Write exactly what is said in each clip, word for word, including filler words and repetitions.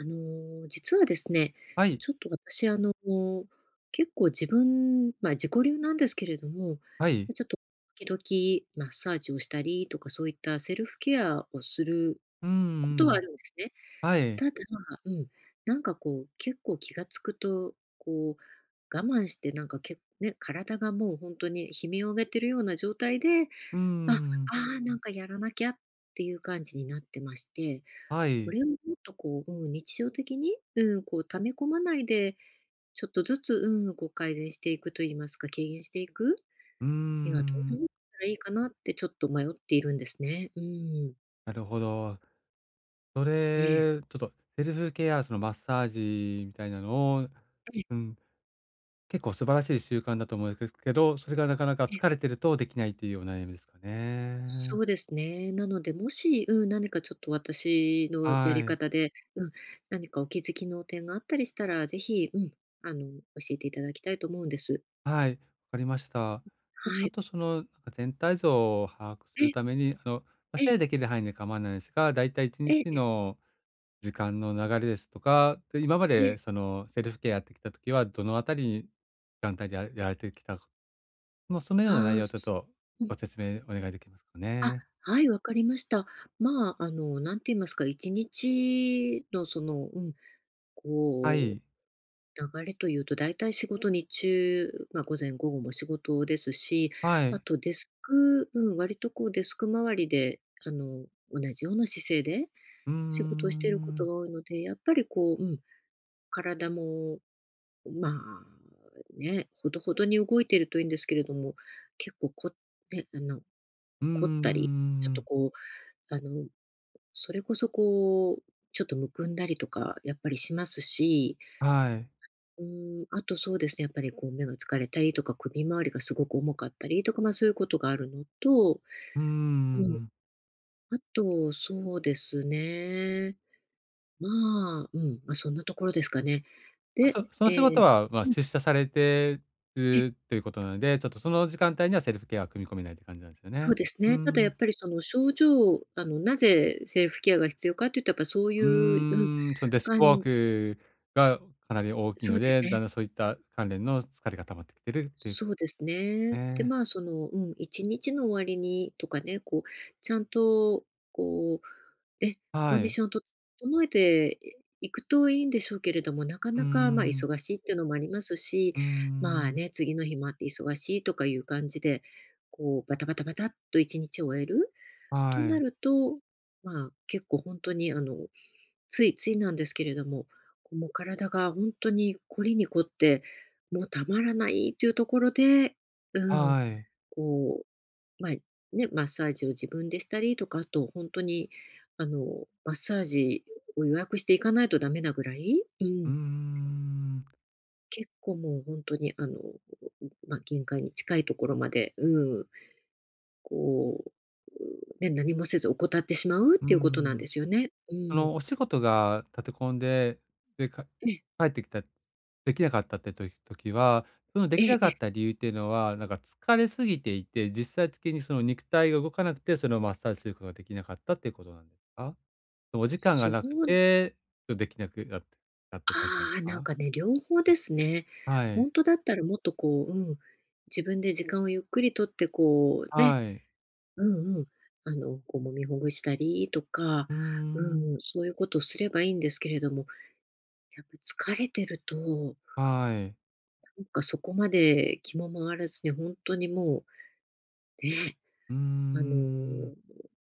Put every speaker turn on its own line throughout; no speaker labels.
あの、実はですね、
はい、
ちょっと私、あの、結構自分まあ、自己流なんですけれども、
はい。
まちょっと時々マッサージをしたりとか、そういったセルフケアをする
う
こと
ん
はあ
ん。
るんですね。
はい。
ただうん、なんかこう、結構気がつくと、こう、我慢してなんかけね、体がもう本当に悲鳴を上げてるような状態で、
うん
あ、あ
ん。
あ、なんかやらなきゃっていう感じになってまして。
は
こ
い。
れをもっとこう、うん、日常的に、うん、こう溜め込まないで、ちょっとずつ、うん、こう改善していくと言いますか、軽減していく
うー
にはどんな風
ん。
にしたらいいかなってちょっと迷っているんですね。うん。
なるほど。そ
ええ。
れ、ちょっとセルフケア、そのマッサージみたいなのを、
え
う
え
ん、結構素晴らしい習慣だと思うんですけど、それがなかなか
え
疲
え。
れてるとできないっていうお悩みですか
そ
ね。
うですね。なので、もし、うん、何かちょっと私のやり
はい。
方で、うん、何かお気づきの点があったりしたら、ぜひ、うん、あの、教えていただきたいと思うんです。
はい、わかりました。で、ち
は
ょっ
い。
とその、なんか全体像を把握す
え
るた
え、
めに、あの、ま、
え
シ
え、
ェアできる範囲で構わないですが、だいたい1
ええ、
日
ええ、
の時間の流れですとか、で、今ま
ええ。
でそのセルフケアやってきた時は、どのあたりに時間帯でややられてきたか、もうそのような内
ああ、
容をちょっ
す
と
うん。
ご説明お願いできますか
あ、
ね？
はい、わかりました。まあ、あの、何て言いますか、いちにちのその、うん、
は
こう、
い。
流れというと、だいたい仕事日中、まあ、午前午後も仕事ですし、
は
あ
い。
とデスクうん、割とこうデスク周りで、あの、同じような姿勢で
うー
仕事をしていること
ん。
が多いので、やっぱりこう、うん、体も、まあ、ね、ほどほどに動いているといいんですけれども、結構こね、あの、
うん
凝ったり、
ん。
ちょっとこう、あのそれこそこう、ちょっとむくんだりとかやっぱりしますし、
はい。
うーん、あとそうですね、やっぱりこう目が疲れたりとか、首周りがすごく重かったりとか、ま、そういうことがあるのと、
うん
うん、
ん。
あとそうですね、まあ、うん、ま、そんなところですかね。
あ、
で、
そその仕
ええ、
事は、まあ、
うん、
出社されて
え、
るということなので、ちょっとその時間帯にはセルフケアは組み込めないって感じなんですよ
そう
ね。
です
う
ね。た
ー
だやっ
ん。
ぱりその症状、あの、なぜセルフケアが必要かって言ったらやっぱそうい
う
う、うん、
ーん、そのデスクワー
感
クがかなり大きい
そ
の
うです
で、だん
ね。
だんそういった関連の疲れが溜まってきてるっていうこ
そうです
と
ね。で、
ね。
まあ、その、うん、いちにちの終わりにとかね、こう、ちゃんと、こう、ね、コ
は
ンディ
い。
ションを整えていくといいんでしょうけれども、なか
うー
なか、まあ、
ん、
忙しいっていうのもありますし、
うー
まあ
ん、
ね、次の日もあって忙しいとかいう感じで、こう、バタバタバタっといちにちを終えると
は
な
い、
ると、まあ、結構本当に、あの、ついついなんですけれども、もう体が本当に凝りに凝って、もうたまらないというところで、うん、
はい。
こう、ま、ね、マッサージを自分でしたりとか、あと本当にあの、マッサージを予約していかないとダメなぐらい、う
うー
ん、
ん、
結構もう本当にあの、まあ、限界に近いところまで、うん、こう、ね、何もせず怠ってしまうっ
うー
ていうことなんで
ん。
すよね。う
そ
ん。
のお仕事が立て込んで、で、か
ええ、
帰ってきたできなかったってと時は、そので
え
き
え
な
え
かっ
え、
た理由っていうのは、なんか疲れすぎていて、実際的にその肉体が動かなくて、それをマッサージすることができなかったっていうことなんですか？お時間
そ
が
う
なくて、ちょっとできなくなってたって感じなんで
あ
す
あ、なん
か？
かね、両方ですね。
はい。
本当だったらもっとこう、うん、自分で時間をゆっくりとって、こうね、
はい。
うんうん、あの、こう揉みほぐしたりとか、
うーん。
うん、そういうことをすればいいんですけれども、やっぱ疲れてると、
はい。
なんかそこまで気も回らずに本当にもう、ね、
うー
あの、
ん。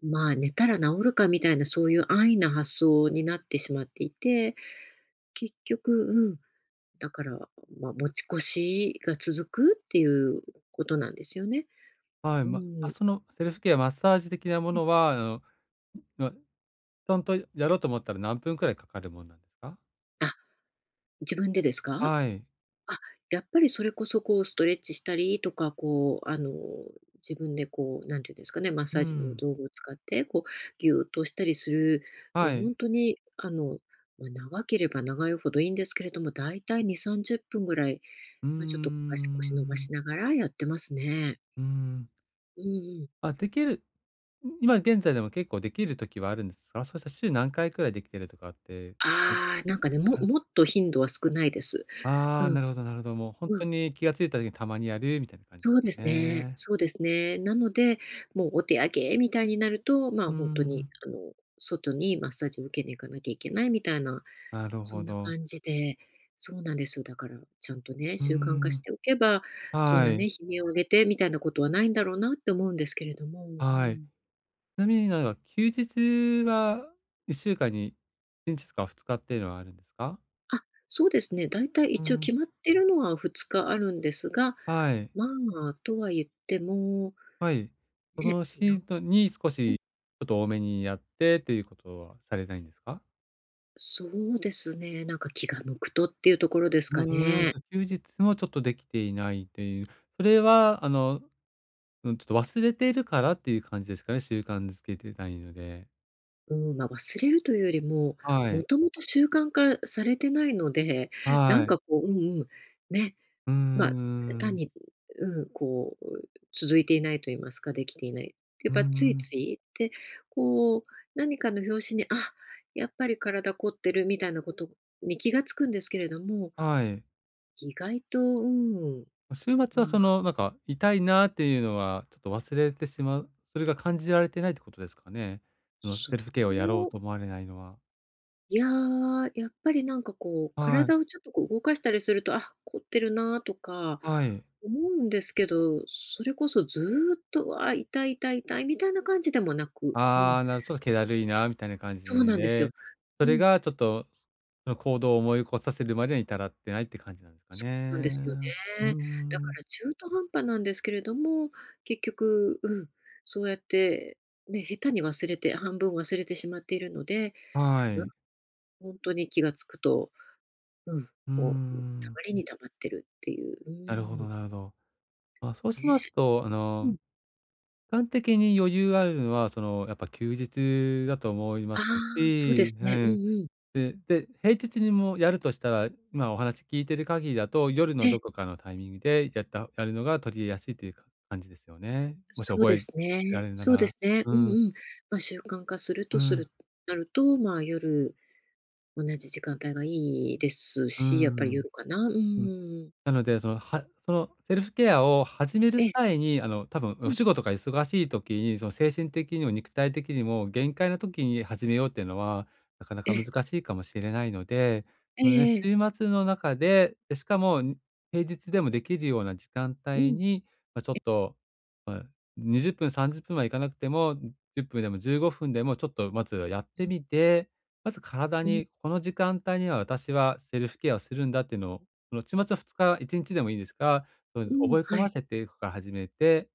まあ、寝たら治るかみたいなそういう安易な発想になってしまっていて、結局、うん、だから、まあ、持ち越しが続くっていうことなんですよね。
はい、
う
ま、あ、
ん。
そのセルフケア、マッサージ的なもの
え
は、あの、ま、ちゃんとやろうと思ったら何分くらいかかるもんなんですか？
あ、自分でですか？
はい。
あ、やっぱりそれこそこうストレッチしたりとか、こうあの、自分でこう、なんていうんですかね、マッサー
う
ジの
ん。
道具を使って、こうギュッとしたりする、まあ、
は
ほん
い。
にあの、まあ、長ければ長いほどいいんですけれども、だいたいに、さんじゅっぷんぐらい、
うー
まあ、ちょっとこう、足腰伸ば
ん。
しながらやってますね。
うーん。
うんうん。
あ、できる今現在でも結構できる時はあるんですか？そうした週何回くらいできてるとかって。お
ああ、なんかね、も
あ
もっと頻度は少ないです。
ああ、
うん、
なるほどなるほど。もうほん
う
と
ん、
に気が付いた時にたまにやるみたいな感じで
そうで
す
すね。
ね。
そうですね。なので、もうお手上げみたいになると、ま
う
あ、
ー
本当に、
ん、
あの、外にマッサージを受けに行かなきゃいけないみたいな、
なる
そ
ほ
んな
ど。
感じでそうなんですよ。だから、ちゃんとね、
うー
習慣化し
ん、
ておけば、そん
は
なね、
い、
悲鳴を上げてみたいなことはないんだろうなって思うんですけれども、う
はい。ち
ん。
なみになんか休日はいっしゅうかんにいちにちとかふつかっていうのはあるんですか？
あ、そうですね。だいたい
うー
一応
ん。
決まってるのはふつかあるんですが、
はい、
まあ、とは言っても、
はい。そ
ね、
の
なん
日のに少しちょっと多めにやってっていうことはされないんですか？
そうですね、なんか気が向くとっていうところです
う
か
ーん
ね。
と、休日もちょっとできていないという、それはあのうん、ちょっと忘れてるからっていう感じですかね、習慣づけてないので。
うん、まあ、忘れるというよりも、
は
も
い。
ともと習慣化されてないので、なん
は
か
い。
こううんうん、ね、
うー
まあ、単
ん。
に、うん、こう、続いていないと言いますか、できていない。や
う
っ
ー
ぱつい
ん。
つい、で、こう、何かの拍子に、あ、やっぱり体凝ってるみたいなことに気がつくんですけれども、
はい。
意外と、うん、
ま、週末
ま
はそ
あ、
の、なんか、痛いなっていうのはちょっと忘れてしまう、それが感じられてないってことですかね？その
そ
セ
う
ルフケアをやろうと思われないのは。
いやー、やっぱりなんかこう、
はい、
体をちょっとこう動かしたりすると、あ、凝ってるなーとか
はい。
思うんですけど、それこそずーっと、あ、痛い痛い痛いみたいな感じでもなく、うん、
ああ、なるちょっと気だるいなみたいな感じ
そうなんですよ。
で、そ
う
れ
ん、
がちょっと、その行動を思い起こさせるまでに至らってないって感じなんですか
そうなんですよ
ね。うー
ね。だか
ん。
ら中途半端なんですけれども、結局、うん、そうやって、ね、下手に忘れて、半分忘れてしまっているので、
は
うん、
い。
本当に気が付くと、うん、
うー
もうた
ん、
まりにたまってるっていう、う
なるほど
ん、
なるほど。まあ、そうし
ね。
ますと、あ
う
の、
ん。
端的に余裕あるのは、その、やっぱ休日だと思いま
ああ、
す
そうです
し、
ね。
は
うん
い。
うん。
でで、平日にもやるとしたら、今お話聞いてる限りだと、夜の
ええ、
どこかのタイミングでやったやるのが取り入れやすいというか感じですよね。もし
そう
覚
で
え
す
ら
ね。
れるな
そうで
ら。
すね。
う
う
ん、
んうん。まあ、習慣化する
う
とす
ん、
るなると、まあ、夜同じ時間帯がいいです
う
し、やっぱり
ん。
夜かな。う
うん。
ん
なので、その、はそのセルフケアを始める
ええ、
際に、あの、多分
う
お
ん、
仕事が忙しい時に、その精神的にも肉体的にも限界な時に始めようっていうのは、なかな
え
か難
え、
しいかもしれないので、
え
そのね、
ええ
週
え。
末の中で、で、しかも、に平日でもできるような時間
う
帯
ん、
に、まあ、ちょっと、まあ、にじゅっぷん、さんじゅっぷんはいかなくても、じゅっぷんでもじゅうごふんでもちょっとまずはやっ
う
て
ん、
みて、まず体
うん、
に、この時間帯には私はセルフケアをするんだっていうのをその、週末ふつか、いちにちでもいいですが、そう、
うん、
覚え込
は
ま
い。
せていくから始めて、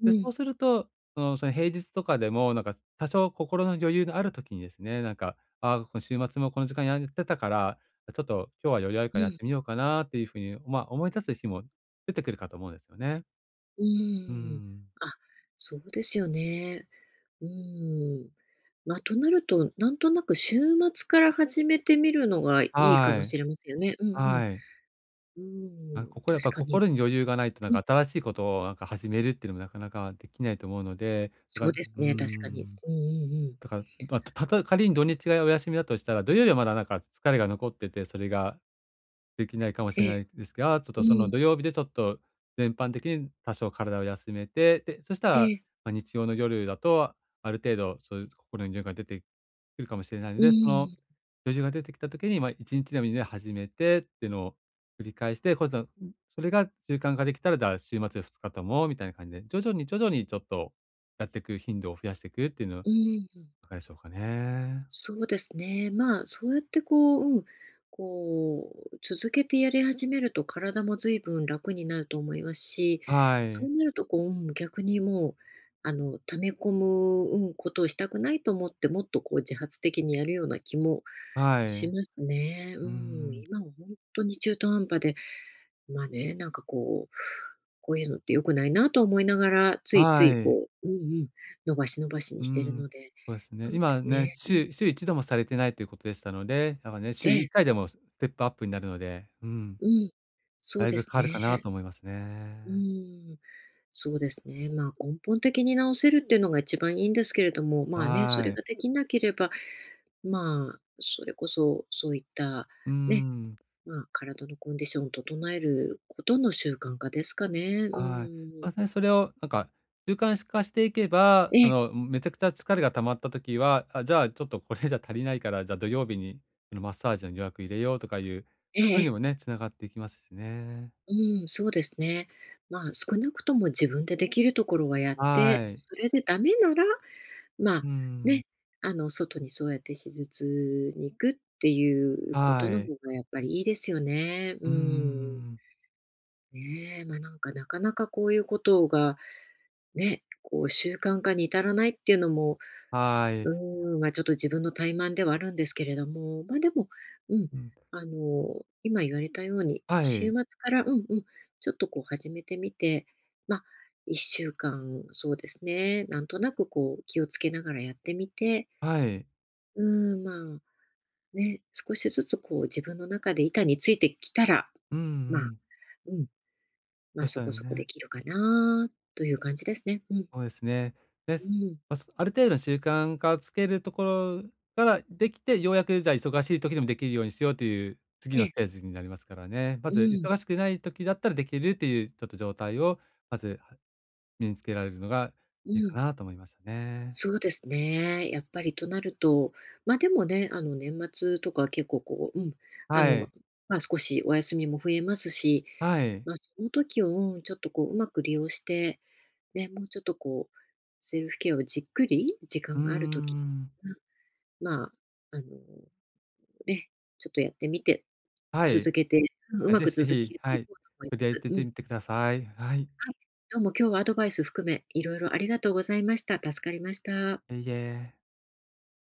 う
で、そう
ん、
すると、その、その、平日とかでも、なんか、多少心の余裕のある時にですね、なんか、ああ、この週末もこの時間やってたから、ちょっと今日は余裕あるか
う
らやっ
ん、
てみようかなっていうふうに、まあ、思い立つ日も出てくるかと思うんですよね。
う
うー
ん。
ん。
あ、そうですよね。うん。まあ、となると、なんとなく週末から始めてみるのがいいかも
は
し
い。
れませんよね。うんうん。
はい。
うー
あ、
ん、
ここやっ
確
ぱ
か
心
に。
に余裕がないと、なん
うん、
か新しいことを、なんか始めるっていうのもなかなかできないと思うので、だか
そう
ら、う
です
ー
ね、確かに。
ん。
うんうんうん。
だから、まあ、たと仮に土日がお休みだとしたら、土曜日はまだなんか疲れが残ってて、それができないかもしれ
ええ、
ないですが、ちょっと
う
その
ん、
土曜日でちょっと全般的に多少体を休めて、で、そしたら、
ええ、
まあ、日曜の夜だと、ある程度そういう心の余裕が出てくるかもしれないの
う
で、その
ん、
余裕が出てきた時に、まあ、いちにちでもいいので始めてっていうのを繰り返して、こう、それが習慣化できたら、だから週末ふつかともみたいな感じで、徐々に徐々にちょっとやっていく頻度を増やしていくっていうのをい
うん、
かがでしょうかね。
そうですね。まあ、そうやってこう、うん、こう、続けてやり始めると体も随分楽になると思いますし、
は
そう
い。
なるとこう、うん、逆にもう、あの、溜め込む、うん、ことをしたくないと思って、もっとこう自発的にやるような気も
は
し
い。
ますね。う
うー
ん、
ん。
今は本当に中途半端でまあね、なんかこう、こういうのって良くないなと思いながら、ついつ
は
い
い。
こううんうん、伸ばし伸ばしに
う
してるの
ん。
で、
そうですね。
そうで
今
す
ね、
ね、うん、
週週いちどもされてないということでしたので、だからね、週
ええ、
いっかいでもステップアップになるので、うん、
うん。そう
だい
で
ぶ
す
変わるかな
ね。
と思います
う
ね。
ん、そうですね。まあ、根本的に直せるっていうのが一番いいんですけれども、まあね、それ
は
が
い。
できなければ、まあ、それこそそういった
うー
ね、
ん。
まあ、体のコンディションを整えることの習慣化ですかね。う
はい。
ん。
ま、ね、それをなんか習慣化していけば、
え
あ
え、
の、めちゃくちゃ疲れが溜まった時は、あ、じゃあちょっとこれじゃ足りないから、じゃあ土曜日にそのマッサージの予約入れようとかいう、
え
そういうの
え。
もね、つながっていきますしね。
うん、そうですね。まあ、少なくとも自分でできるところはやって、
はい。
それでダメなら、まあ、
うん。
ね、あの、外にそうやって手術に行くっていうこと
は
の
い。
方がやっぱりいいですよね。う
う
ん。
ん。
ねえ、まあ、なんかなかなかこういうことが、ね、こう習慣化に至らないっていうのも
はい。
うーん、まあ、ちょっと自分の怠慢ではあるんですけれども、ま、でも、うん、
うん。
あの、今言われたように、
は
週
い。
末からうんうん、ちょっとこう始めてみて、まあ、いっしゅうかん、そうですね、なんとなくこう気をつけながらやってみて、
はい。
うーん、まあ、ね、少しずつこう自分の中で板についてきたら、
うんう
まあ、
ん。
うん、
そ
ま、
うし
そ
たら
こそこで
ね、
きるかなという感じですね。うん、
そうですね。で
う
す。
ん。
ま、そある程度の習慣化をつけるところからできて、ようやくじゃあ忙しい時でもできるようにしようという次
え
の
え、
ステージになりますからね。ま
う
ず
ん、
忙しくない時だったらできるっていうちょっと状態を、まず、は身につけられるのが
う
いいか
ん。
なと思いましたね。
そうですね。やっぱりとなると、ま、でもね、あの、年末とか結構こう、うん、あ
は
の、ま
い。
ま、少しお休みも増えますし、
はい。
ま、その時を、うん、ちょっとこう、うまく利用して、ね、もうちょっとこう、セルフケアをじっくり時
う
間
ー
がある時、
ん。
うん、まあ、あの、ね、ちょっとやってみて、
はい。
続けてうん、う
はい、
ま
ぜ
く
ひぜ
続け
ひ、
て
は
いこ
い、
うと思いま
取り上
す。
げ
う
て
ん、
みてください。はい、い
はい。どうも今日はアドバイス含め、いろいろありがとうございました。助かりました。
えいえ。